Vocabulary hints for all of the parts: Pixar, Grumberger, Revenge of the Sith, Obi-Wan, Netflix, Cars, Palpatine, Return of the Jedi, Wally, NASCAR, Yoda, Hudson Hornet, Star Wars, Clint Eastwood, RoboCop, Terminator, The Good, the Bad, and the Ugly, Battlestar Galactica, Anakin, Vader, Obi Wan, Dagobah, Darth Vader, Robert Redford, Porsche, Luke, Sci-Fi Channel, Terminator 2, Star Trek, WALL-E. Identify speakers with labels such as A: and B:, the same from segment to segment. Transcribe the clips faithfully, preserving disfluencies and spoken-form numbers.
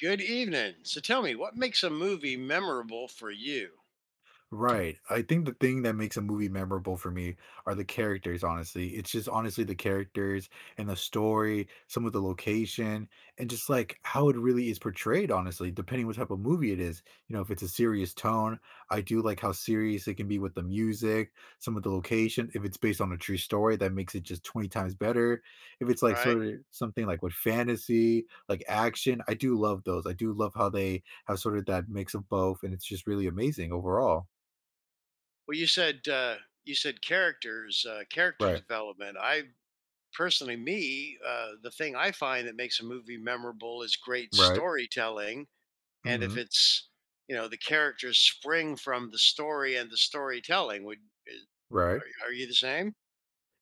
A: Good evening. So tell me, what makes a movie memorable for you?
B: Right. I think the thing that makes a movie memorable for me are the characters, honestly. It's just honestly the characters and the story, some of the location, and just like how it really is portrayed, honestly, depending what type of movie it is. You know, if it's a serious tone, I do like how serious it can be with the music, some of the location. If it's based on a true story, that makes it just twenty times better. If it's like
A: Right?
B: sort of something like with fantasy, like action, I do love those. I do love how they have sort of that mix of both, and it's just really amazing overall.
A: Well, you said uh, you said characters, uh, character
B: Right.
A: development. I personally, me, uh, the thing I find that makes a movie memorable is great
B: Right.
A: storytelling, and if
B: Mhm.
A: it's you know the characters spring from the story and the storytelling. Would is-
B: Right.
A: are, are you the same?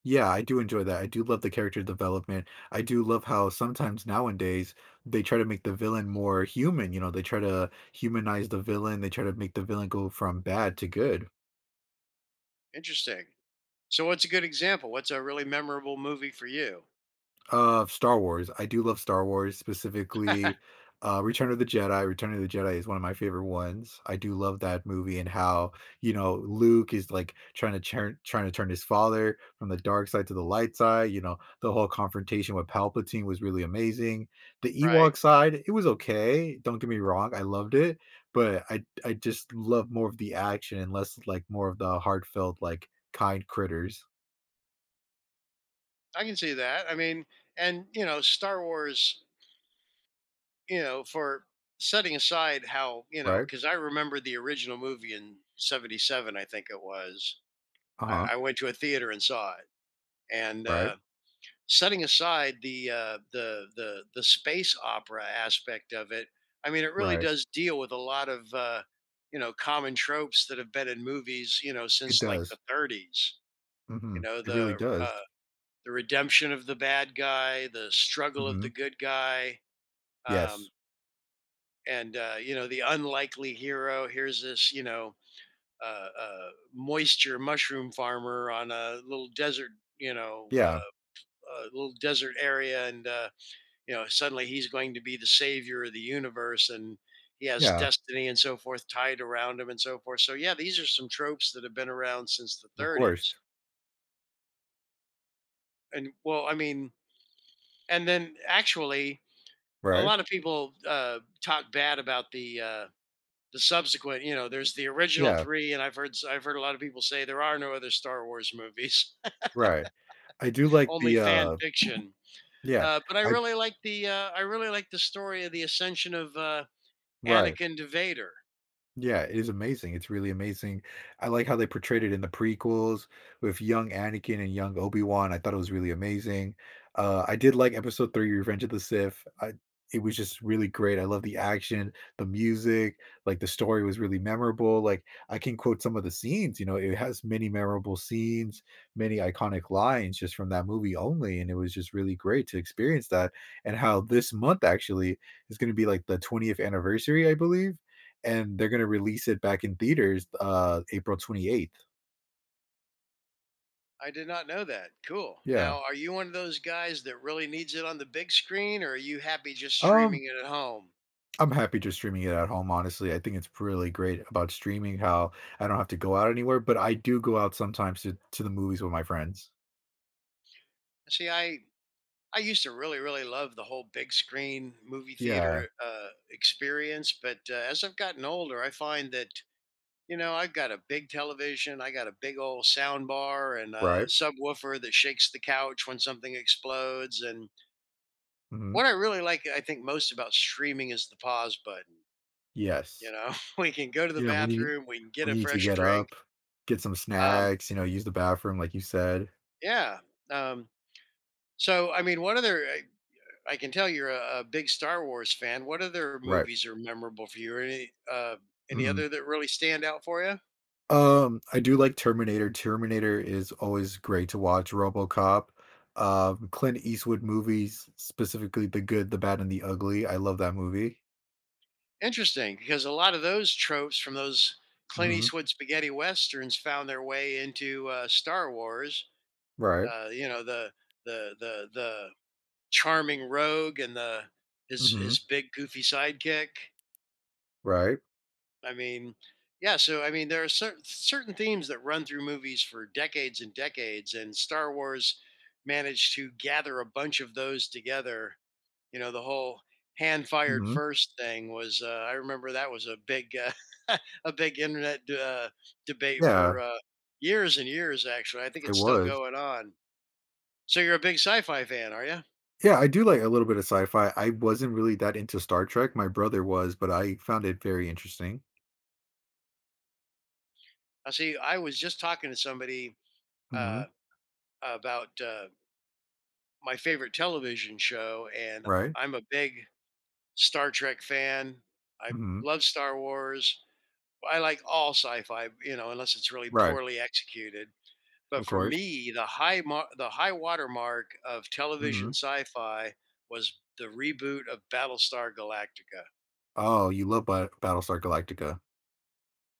B: Yeah, I do enjoy that. I do love the character development. I do love how sometimes nowadays they try to make the villain more human, you know, they try to humanize the villain, they try to make the villain go from bad to good.
A: Interesting. So what's a good example? What's a really memorable movie for you?
B: Uh, Star Wars. I do love Star Wars, specifically, uh, Return of the Jedi. Return of the Jedi is one of my favorite ones. I do love that movie and how, you know, Luke is like trying to turn trying to turn his father from the dark side to the light side. You know, the whole confrontation with Palpatine was really amazing. The
A: Right?
B: Ewok side, it was okay. Don't get me wrong, I loved it, but I I just love more of the action and less like more of the heartfelt, like kind critters,
A: I can see that. I mean, and you know, Star Wars you know, for setting aside how, you know,
B: right?
A: because I remember the original movie in seventy-seven, I think it was.
B: Uh-huh.
A: I, I went to a theater and saw it. And
B: Right,
A: uh, setting aside the, uh, the, the, the space opera aspect of it, I mean, it really
B: right.
A: does deal with a lot of, uh, you know, common tropes that have been in movies, you know,
B: It
A: since like
B: does.
A: the thirties, you
B: Mhm.
A: know,
B: It really
A: the,
B: does.
A: uh, the redemption of the bad guy, the struggle of the
B: Mhm.
A: good guy,
B: Yes.
A: um, and uh, you know the unlikely hero. Here's this you know uh, uh, moisture mushroom farmer on a little desert you know
B: Yeah.
A: uh, a little desert area, and uh, you know suddenly he's going to be the savior of the universe, and he has
B: Yeah.
A: destiny and so forth tied around him and so forth. So yeah, these are some tropes that have been around since the
B: Of course.
A: thirties. And well, I mean, and then actually a
B: Right?
A: lot of people uh, talk bad about the uh, the subsequent, you know, there's the original
B: Yeah.
A: three, and I've heard I've heard a lot of people say there are no other Star Wars movies,
B: Right. I do like
A: only
B: the,
A: fan
B: uh
A: fiction.
B: yeah.
A: Uh, but I
B: I
A: really like the uh, I really like the story of the ascension of uh,
B: right.
A: Anakin to Vader.
B: Yeah, it is amazing, it's really amazing. I like how they portrayed it in the prequels with young Anakin and young Obi-Wan, I thought it was really amazing. Uh, I did like Episode Three, Revenge of the Sith, I it was just really great. I love the action, the music, like, the story was really memorable, like, I can quote some of the scenes. You know, it has many memorable scenes, many iconic lines just from that movie only, and it was just really great to experience that, and how this month actually is gonna be, like, the twentieth anniversary, I believe, and they're gonna release it back in theaters, uh, April twenty-eighth.
A: I did not know that. Cool.
B: Yeah.
A: Now, are you one of those guys that really needs it on the big screen, or are you happy just
B: Um,
A: streaming it at home?
B: I'm happy just streaming it at home, honestly. I think it's really great about streaming how I don't have to go out anywhere, but I do go out sometimes to to the movies with my friends.
A: See, I I used to really really love the whole big screen movie
B: Yeah,
A: theater uh, experience, but uh, as I've gotten older, I find that you know, I've got a big television, I got a big old sound bar and a
B: right?
A: subwoofer that shakes the couch when something explodes. And
B: Mhm.
A: what I really like, I think, most about streaming is the pause button.
B: Yes.
A: You know, we can go to the
B: You know, when you
A: bathroom, we can get
B: when
A: a
B: you need to
A: fresh
B: get
A: drink.
B: up, get some
A: Um,
B: snacks, you know, use the bathroom like you said.
A: yeah. Um, so, I mean, what other, I, I can tell you're a, a big Star Wars fan. What other
B: Right.
A: movies are memorable for you? Or any, uh, any
B: Mhm.
A: other that really stand out for you?
B: Um, I do like Terminator. Terminator is always great to watch. RoboCop, um, Clint Eastwood movies, specifically The Good, the Bad, and the Ugly. I love that movie.
A: Interesting, because a lot of those tropes from those Clint
B: Mhm.
A: Eastwood spaghetti westerns found their way into uh, Star Wars.
B: Right.
A: Uh, you know the the the the charming rogue and the his
B: Mhm.
A: his big goofy sidekick.
B: Right.
A: I mean, yeah. So I mean, there are cer- certain themes that run through movies for decades and decades, and Star Wars managed to gather a bunch of those together you know the whole hand fired
B: Mhm.
A: first thing was uh, I remember that was a big uh, a big internet uh, debate
B: Yeah,
A: for uh, years and years. Actually I think
B: it
A: it's still
B: was.
A: going on. So you're a big sci-fi fan, are you?
B: Yeah, I do like a little bit of sci-fi. I wasn't really that into Star Trek. My brother was, but I found it very interesting.
A: I see. I was just talking to somebody uh,
B: Mhm.
A: about uh, my favorite television show, and
B: Right.
A: I'm a big Star Trek fan. I
B: Mhm.
A: love Star Wars. I like all sci-fi, you know, unless it's really
B: Right.
A: poorly executed. But
B: Of
A: for
B: course.
A: me, the high mar- the high watermark of television
B: Mhm.
A: sci-fi was the reboot of Battlestar Galactica.
B: Oh, you love Bat- Battlestar Galactica.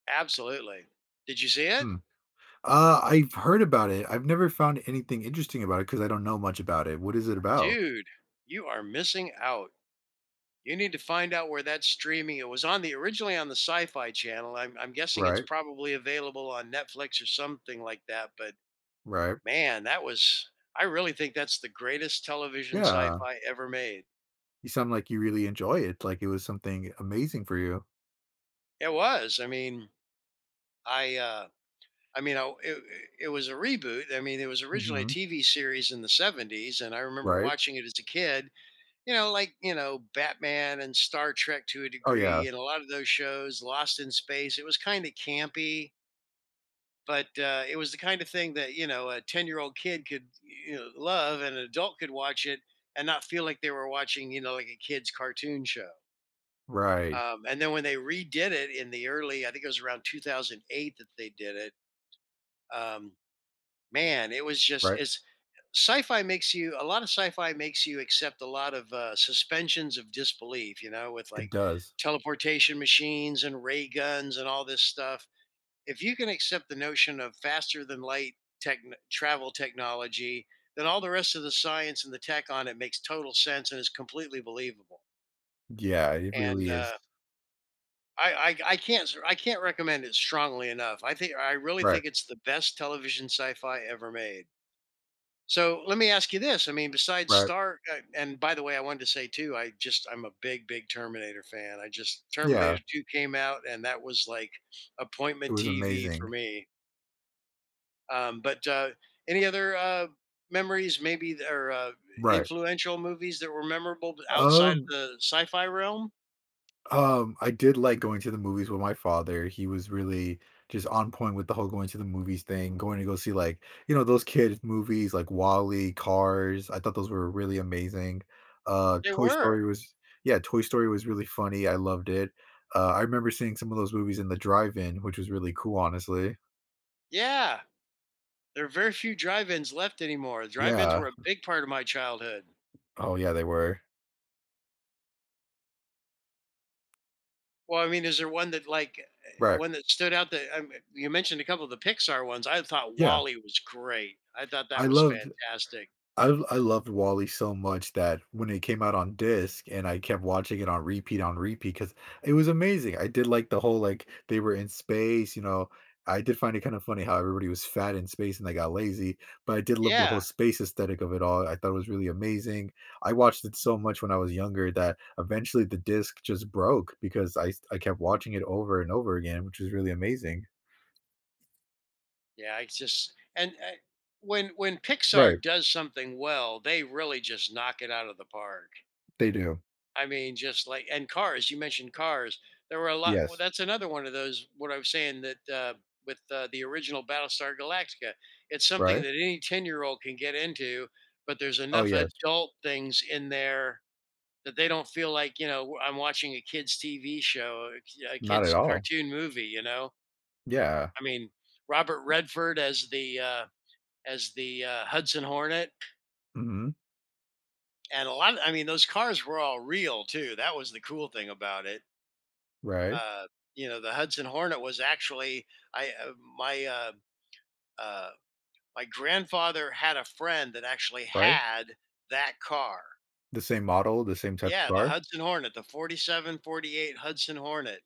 A: Absolutely. Did you see it?
B: Hmm. Uh, I've heard about it. I've never found anything interesting about it because I don't know much about it. What is it about?
A: Dude, you are missing out. You need to find out where that's streaming. It was on the originally on the Sci-Fi Channel. I'm I'm guessing it's
B: Right,
A: probably available on Netflix or something like that, but
B: right.
A: man, that was I really think that's the greatest television
B: Yeah.
A: sci-fi ever made.
B: You sound like you really enjoy it, like it was something amazing for you.
A: It was. I mean, I uh I mean, I, it, it was a reboot. I mean, it was originally a
B: Mhm.
A: T V series in the seventies, and I remember
B: Right.
A: watching it as a kid, you know, like, you know, Batman and Star Trek to a
B: Oh, yeah.
A: degree, and a lot of those shows, Lost in Space. It was kind of campy, but uh, it was the kind of thing that, you know, a ten year old kid could you know, love, and an adult could watch it and not feel like they were watching, you know, like a kid's cartoon show.
B: Right,
A: Um, and then when they redid it in the early, I think it was around two thousand eight that they did it. Um, Man, it was just
B: right.
A: it's sci-fi makes you a lot of sci-fi makes you accept a lot of uh, suspensions of disbelief, you know, with
B: It
A: like
B: does.
A: teleportation machines and ray guns and all this stuff. If you can accept the notion of faster than light tech travel technology, then all the rest of the science and the tech on it makes total sense and is completely believable.
B: Yeah, it
A: And
B: really is.
A: uh, I, I i can't i can't recommend it strongly enough. I think I really
B: Right,
A: think it's the best television sci-fi ever made. So let me ask you this. I mean, besides
B: right.
A: Star, uh, and by the way, I wanted to say too, I just, I'm a big, big Terminator fan. I just,
B: Yeah,
A: Terminator two came out and that was like
B: it
A: appointment
B: was
A: T V
B: amazing.
A: for me. Um, but uh, any other uh, memories, maybe, th- or uh,
B: Right.
A: influential movies that were memorable but outside of
B: Um
A: the sci fi realm?
B: Um, I did like going to the movies with my father. He was really just on point with the whole going to the movies thing, going to go see, like, you know, those kids movies like Wally, Cars. I thought those were really amazing. Uh,
A: They
B: Toy
A: were.
B: Story was yeah, Toy Story was really funny. I loved it. Uh, I remember seeing some of those movies in the drive-in, which was really cool, honestly.
A: Yeah. There are very few drive ins left anymore. Drive ins
B: Yeah.
A: were a big part of my childhood.
B: Oh yeah, they were.
A: Well, I mean, is there one that like eh,
B: Right.
A: one that stood out that um, you mentioned a couple of the Pixar ones. I thought
B: Yeah.
A: Wally was great. I thought
B: I
A: that was
B: loved
A: fantastic.
B: I I loved WALL-E so much that when it came out on disc and I kept watching it on repeat on repeat, because it was amazing. I did like the whole, like, they were in space, you know, I did find it kinda funny how everybody was fat in space and they got lazy, but I did love the
A: Yeah.
B: whole space aesthetic of it all. I thought it was really amazing. I watched it so much when I was younger that eventually the disc just broke because I I kept watching it over and over again, which was really amazing.
A: Yeah, it's just and uh, when when
B: Right,
A: Pixar does something well, they really just knock it out of the park.
B: they do.
A: I mean, just like and Cars, you mentioned Cars. There were a lot well,
B: Yes,
A: that's another one of those what I was saying that uh with uh, the original Battlestar Galactica, it's something
B: right?
A: that any ten-year-old can get into, but there's
B: Oh,
A: enough
B: yes.
A: adult things in there that they don't feel like, you know, I'm watching a kid's T V show, a
B: Not at
A: kid's
B: all.
A: cartoon movie, you know?
B: Yeah.
A: I mean, Robert Redford as the uh as the uh, Hudson Hornet,
B: Mhm.
A: and a lot of, I mean those cars were all real too. That was the cool thing about it.
B: Right,
A: Uh you know, the Hudson Hornet was actually I uh, my uh uh my grandfather had a friend that actually
B: right.
A: had that car.
B: The same model, the same type of
A: Yeah, the
B: car?
A: Hudson Hornet, the forty-seven forty-eight Hudson Hornet.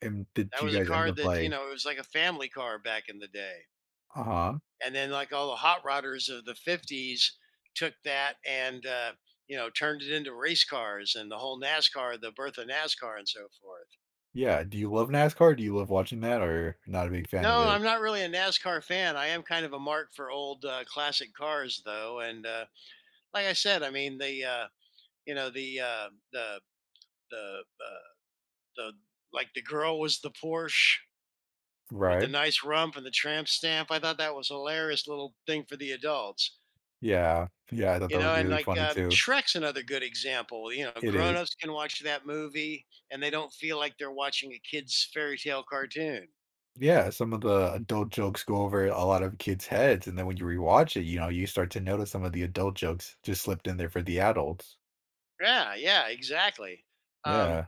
B: And did
A: That
B: you
A: was a
B: guys end
A: car
B: up
A: that, you
B: like
A: know, it was like a family car back in the day.
B: uh-huh.
A: And then like all the hot rodders of the fifties took that and uh, you know, turned it into race cars, and the whole NASCAR, the birth of NASCAR and so forth.
B: Yeah, do you love NASCAR? Do you love watching that or not a big fan of
A: No,
B: it?
A: I'm not really a NASCAR fan. I am kind of a mark for old uh, classic cars though, and uh, like I said, I mean the uh, you know, the uh the the uh, the like the girl was the Porsche with the
B: Right.
A: nice rump and the tramp stamp. I thought that was a hilarious little thing for the adults.
B: Yeah. Yeah, I thought
A: You
B: that
A: know,
B: was
A: and
B: really
A: like
B: funny
A: um,
B: too.
A: Shrek's another good example. You know,
B: It is.
A: grown-ups can watch that movie and they don't feel like they're watching a kid's fairy tale cartoon.
B: Yeah, some of the adult jokes go over a lot of kids' heads, and then when you rewatch it, you know, you start to notice some of the adult jokes just slipped in there for the adults.
A: Yeah, yeah, exactly. Um,
B: Yeah,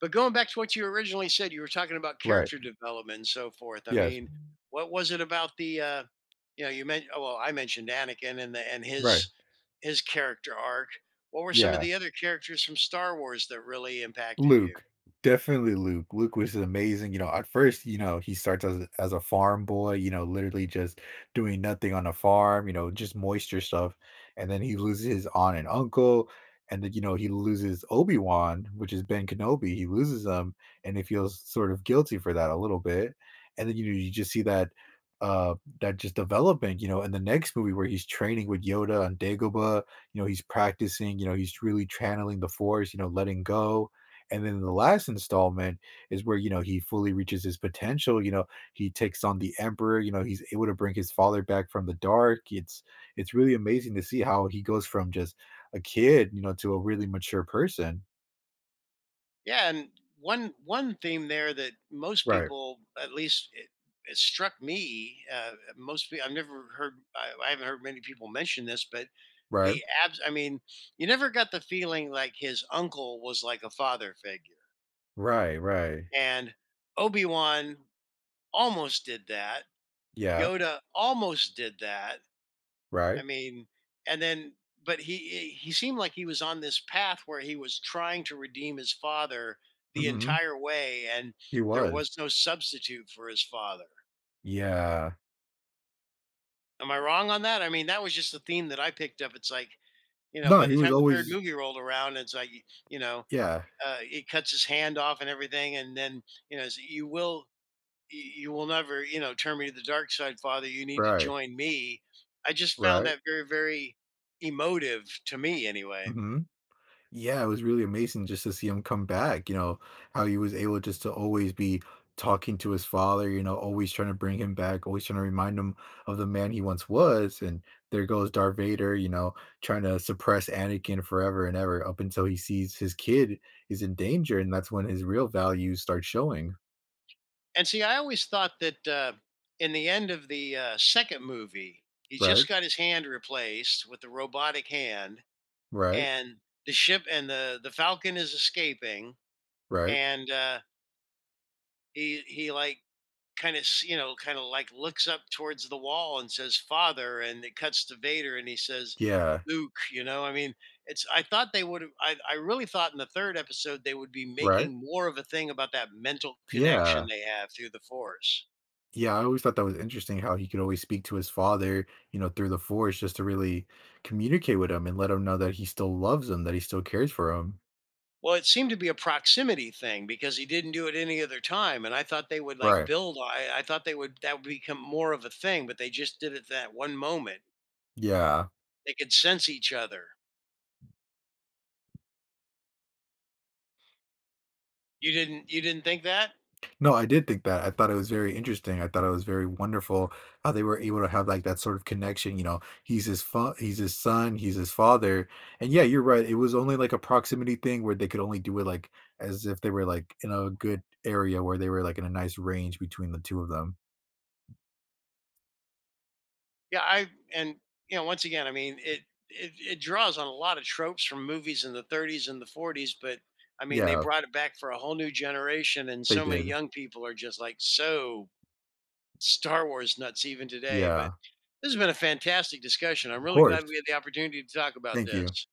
A: but going back to what you originally said, you were talking about
B: right.
A: character development and so forth. I
B: Yes,
A: mean, what was it about the uh, you know, you mentioned oh, well, I mentioned Anakin and the and
B: right.
A: his his character arc. What were some of
B: Yeah.
A: the other characters from Star Wars that really impacted you?
B: Luke, definitely Luke. Luke was amazing, you know, at first, you know, he starts as a as a farm boy, you know, literally just doing nothing on a farm, you know, just moisture stuff, and then he loses his aunt and uncle, and then, you know, he loses Obi-Wan, which is Ben Kenobi, he loses him, and he feels sort of guilty for that a little bit, and then, you know, you just see that, uh, that just development, you know, in the next movie where he's training with Yoda on Dagobah. You know, he's practicing, you know, he's really channeling the Force, you know, letting go, and then the last installment is where, you know, he fully reaches his potential. You know, he takes on the emperor. You know, he's able to bring his father back from the dark. it's it's really amazing to see how he goes from just a kid, you know, to a really mature person.
A: Yeah, and one one theme there that most
B: Right,
A: people, at least it, it struck me, uh, most people, I've never heard, I, I haven't heard many people mention this, but
B: right.
A: the abs. I mean, you never got the feeling like his uncle was like a father figure,
B: Right, right.
A: and Obi Wan almost did that.
B: Yeah.
A: Yoda almost did that. I
B: Right.
A: mean, and then, but he he seemed like he was on this path where he was trying to redeem his father the
B: Hmm.
A: entire way, and
B: He
A: there
B: was.
A: was no substitute for his father.
B: Yeah.
A: Am I wrong on that? I mean, that was just the theme that I picked up. It's like you know,
B: No,
A: by
B: he
A: the
B: was
A: time the third
B: always.
A: movie rolled around, it's like you know,
B: Yeah.
A: uh, he cuts his hand off and everything, and then you know, it's, you will you will never you know turn me to the dark side, father. You need to
B: Right,
A: join me. I just found
B: right.
A: that very very emotive to me, anyway.
B: Hmm. Yeah, it was really amazing just to see him come back, you know, how he was able just to always be talking to his father, you know, always trying to bring him back, always trying to remind him of the man he once was. And there goes Darth Vader, you know, trying to suppress Anakin forever and ever up until he sees his kid is in danger. And that's when his real values start showing.
A: And see, I always thought that uh, in the end of the uh, second movie, he
B: Right,
A: just got his hand replaced with the robotic hand,
B: right,
A: and the ship and the the Falcon is escaping,
B: right.
A: and uh, he he like kind of you know kind of like looks up towards the wall and says "Father," and it cuts to Vader, and he says
B: Yeah,
A: "Luke." You know, I mean, it's I thought they would have. I I really thought in the third episode they would be
B: right.
A: making more of a thing about that mental connection
B: Yeah.
A: they have through the Force.
B: Yeah, I always thought that was interesting how he could always speak to his father, you know, through the force just to really communicate with him and let him know that he still loves him, that he still cares for him.
A: Well, it seemed to be a proximity thing because he didn't do it any other time, and I thought they would like
B: Right.
A: build. I, I thought they would that would become more of a thing, but they just did it that one moment.
B: Yeah.
A: They could sense each other. You didn't you didn't think that?
B: No, I did think that. I thought it was very interesting. I thought it was very wonderful how they were able to have like that sort of connection. You know, he's his fa- he's his son, he's his father. And yeah, you're right. It was only like a proximity thing where they could only do it like as if they were like in a good area where they were like in a nice range between the two of them.
A: Yeah, I and you know once again, I mean it it, it draws on a lot of tropes from movies in the thirties and the forties, but I mean they
B: Yeah,
A: brought it back for a whole new generation, and
B: they
A: so many
B: did.
A: young people are just like so Star Wars nuts even today, but
B: Yeah.
A: this has been a fantastic discussion. I'm
B: Of
A: really glad
B: course.
A: we had the opportunity to talk about
B: Thank you.
A: this.